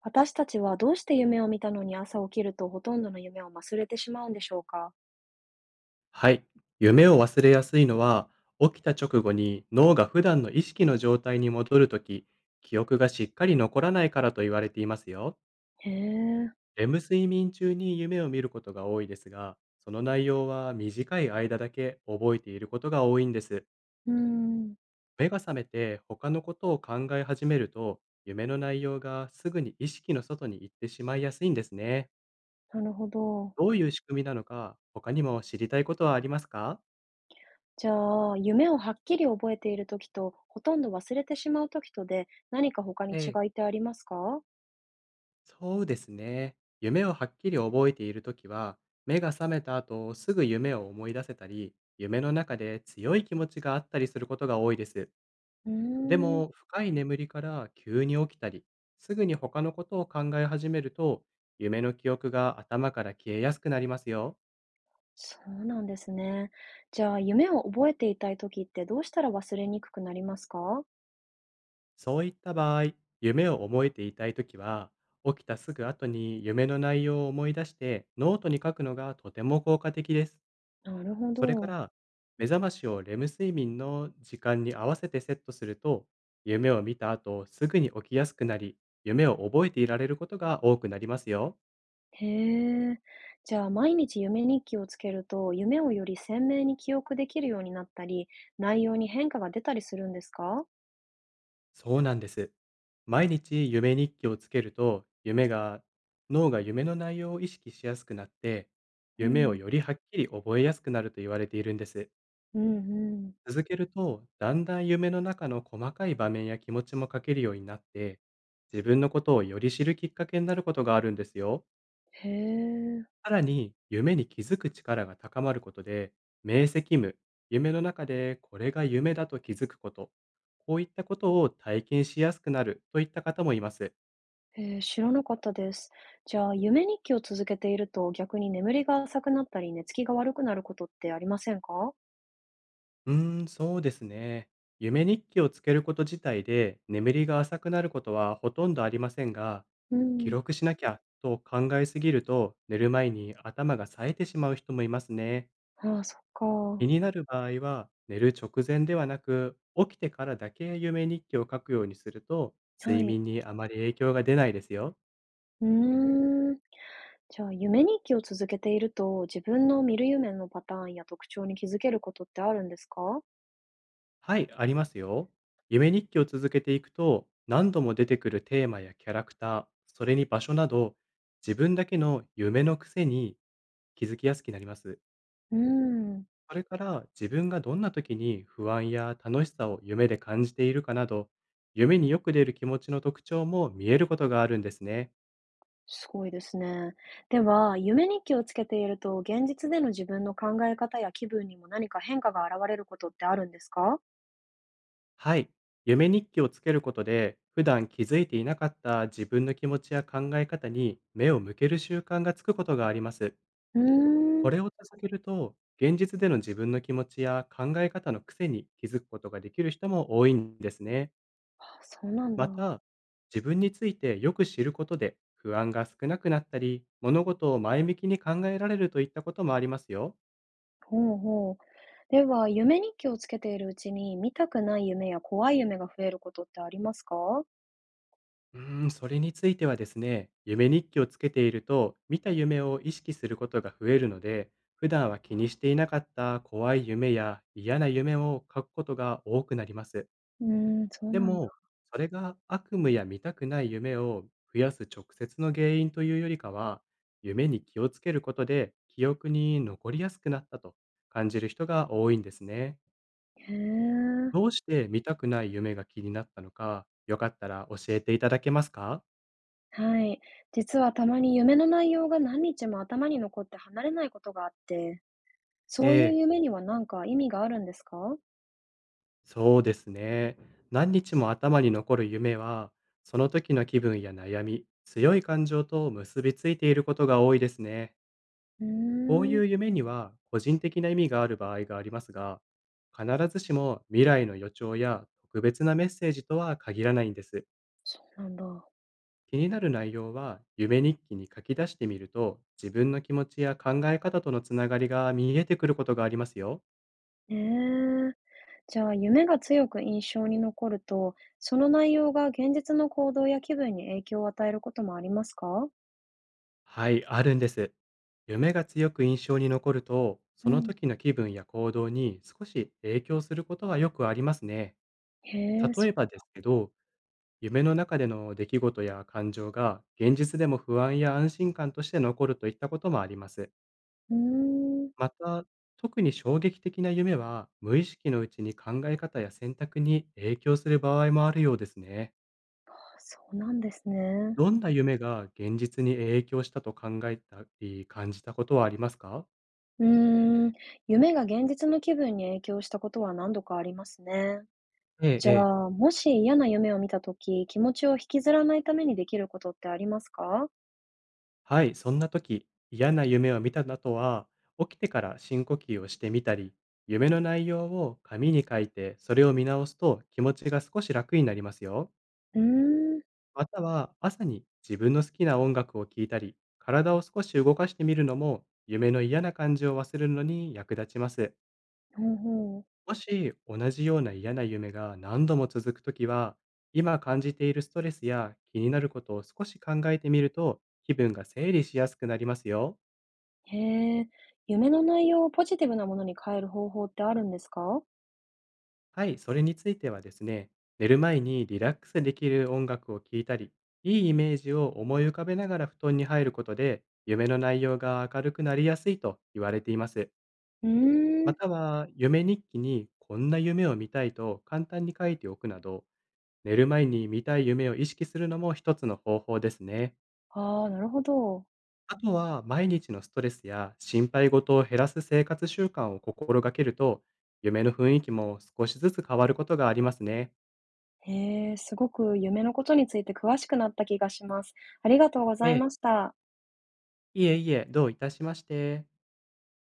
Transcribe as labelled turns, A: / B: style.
A: 私たちはどうして夢を見たのに朝起きるとほとんどの夢を忘れてしまうんでしょうか？
B: はい。夢を忘れやすいのは、起きた直後に脳が普段の意識の状態に戻るとき、記憶がしっかり残らないからと言われていますよ。
A: へえ。
B: レム睡眠中に夢を見ることが多いですが、その内容は短い間だけ覚えていることが多いんです。
A: うん。
B: 目が覚めて他のことを考え始めると、夢の内容がすぐに意識の外に行ってしまいやすいんですね。
A: なるほど。
B: どういう仕組みなのか、他にも知りたいことはありますか？
A: じゃあ、夢をはっきり覚えているときと、ほとんど忘れてしまうときとで、何か他に違
B: ええ、
A: いってありますか？
B: そうですね。夢をはっきり覚えているときは、目が覚めた後、すぐ夢を思い出せたり、夢の中で強い気持ちがあったりすることが多いです。
A: うー
B: で
A: ん、
B: も、深い眠りから急に起きたり、すぐに他のことを考え始めると、夢の記憶が頭から消えやすくなりますよ。
A: そうなんですね。じゃあ、夢を覚えていたいときってどうしたら忘れにくくなりますか？
B: そういった場合、夢を覚えていたいときは、起きたすぐ後に夢の内容を思い出してノートに書くのがとても効果的です。
A: なるほ
B: それか
A: ど。
B: ら、目覚ましをレム睡眠の時間に合わせてセットすると、夢を見た後、すぐに起きやすくなり、夢を覚えていられることが多くなりますよ。
A: へえ。じゃあ、毎日夢日記をつけると、夢をより鮮明に記憶できるようになったり、内容に変化が出たりするんですか？
B: そうなんです。毎日夢日記をつけると、脳が夢の内容を意識しやすくなって、
A: う
B: 夢を
A: ん、
B: よりはっきり覚えやすくなると言われているんです。
A: うんうん。
B: 続けると、だんだん夢の中の細かい場面や気持ちも書けるようになって、自分のことをより知るきっかけになることがあるんですよ。
A: へえ。
B: さらに、夢に気づく力が高まることで、明晰夢、夢の中でこれが夢だと気づくこと、こういったことを体験しやすくなるといった方もいます。
A: へー、知らなかったです。じゃあ、夢日記を続けていると、逆に眠りが浅くなったり、寝つきが悪くなることってありませんか？
B: そうですね。夢日記をつけること自体で眠りが浅くなることはほとんどありませんが、
A: う
B: 記
A: ん。
B: 録しなきゃと考えすぎると寝る前に頭が冴えてしまう人もいますね。
A: ああ、そっか。
B: 気になる場合は、寝る直前ではなく、起きてからだけ夢日記を書くようにすると、
A: は
B: 睡
A: い。
B: 眠にあまり影響が出ないですよ。
A: うーん。じゃあ、夢日記を続けていると、自分の見る夢のパターンや特徴に気づけることってあるんですか？
B: はい、ありますよ。夢日記を続けていくと、何度も出てくるテーマやキャラクター、それに場所など、自分だけの夢の癖に気づきやすくなります。
A: うーん、
B: それから自分がどんな時に不安や楽しさを夢で感じているかなど、夢によく出る気持ちの特徴も見えることがあるんですね。
A: すごいですね。では、夢日記をつけていると、現実での自分の考え方や気分にも何か変化が現れることってあるんですか？
B: はい。夢日記をつけることで、普段気づいていなかった自分の気持ちや考え方に目を向ける習慣がつくことがあります。
A: うー
B: こ
A: ん。
B: れを続けると、現実での自分の気持ちや考え方の癖に気づくことができる人も多いんですね。
A: あ、そうなんだ。
B: また、自分についてよく知ることで不安が少なくなったり、物事を前向きに考えられるといったこともありますよ。
A: ほうほう。では、夢日記をつけているうちに、見たくない夢や怖い夢が増えることってありますか？
B: それについてはですね、夢日記をつけていると、見た夢を意識することが増えるので、普段は気にしていなかった怖い夢や嫌な夢を書くことが多くなります。
A: うーん、そう
B: で
A: なんだ。
B: も、それが悪夢や見たくない夢を増やす直接の原因というよりかは、夢に気をつけることで記憶に残りやすくなったと感じる人が多いんですね。
A: へえ。
B: どうして見たくない夢が気になったのか、よかったら教えていただけますか？
A: はい。実はたまに夢の内容が何日も頭に残って離れないことがあって、そう
B: え
A: いう
B: え、
A: 夢には何か意味があるんですか？
B: そうですね。何日も頭に残る夢は、その時の気分や悩み、強い感情と結びついていることが多いですね。
A: うー
B: こういう
A: ん。
B: 夢には個人的な意味がある場合がありますが、必ずしも未来の予兆や特別なメッセージとは限らないんです。
A: そうなんだ。
B: 気になる内容は夢日記に書き出してみると、自分の気持ちや考え方とのつながりが見えてくることがありますよ。
A: ええ。じゃあ、夢が強く印象に残ると、その内容が現実の行動や気分に影響を与えることもありますか？
B: はい、あるんです。夢が強く印象に残ると、
A: う
B: その
A: ん。
B: 時の気分や行動に少し影響することはよくありますね。
A: へえ、
B: 例
A: そ
B: えばですけど、夢の中での出来事や感情が現実でも不安や安心感として残るといったこともあります。
A: うーん。
B: また、特に衝撃的な夢は無意識のうちに考え方や選択に影響する場合もあるようですね。
A: あ、そうなんですね。
B: どんな夢が現実に影響したと考えたり感じたことはありますか？
A: うーん、夢が現実の気分に影響したことは何度かありますね。
B: ええ、
A: じゃ
B: ええ。
A: あ、もし嫌な夢を見た時、気持ちを引きずらないためにできることってありますか？
B: はい、そんな時、嫌な夢を見た後は、起きてから深呼吸をしてみたり、夢の内容を紙に書いて、それを見直すと気持ちが少し楽になりますよ。
A: うーん。
B: または、朝に自分の好きな音楽を聴いたり、体を少し動かしてみるのも、夢の嫌な感じを忘れるのに役立ちます。
A: ほうほう。
B: もし、同じような嫌な夢が何度も続くときは、今感じているストレスや気になることを少し考えてみると、気分が整理しやすくなりますよ。
A: へえ。夢の内容をポジティブなものに変える方法ってあるんですか？
B: はい、それについてはですね、寝る前にリラックスできる音楽を聴いたり、いいイメージを思い浮かべながら布団に入ることで、夢の内容が明るくなりやすいと言われています。
A: うー
B: ま
A: ん、
B: たは、夢日記にこんな夢を見たいと簡単に書いておくなど、寝る前に見たい夢を意識するのも一つの方法ですね。
A: ああ、なるほど。
B: あとは、毎日のストレスや心配事を減らす生活習慣を心がけると、夢の雰囲気も少しずつ変わることがありますね。
A: へえ、すごく夢のことについて詳しくなった気がします。ありがとうござい
B: え
A: ま
B: え、
A: した。
B: いえいえ、どういたしまして。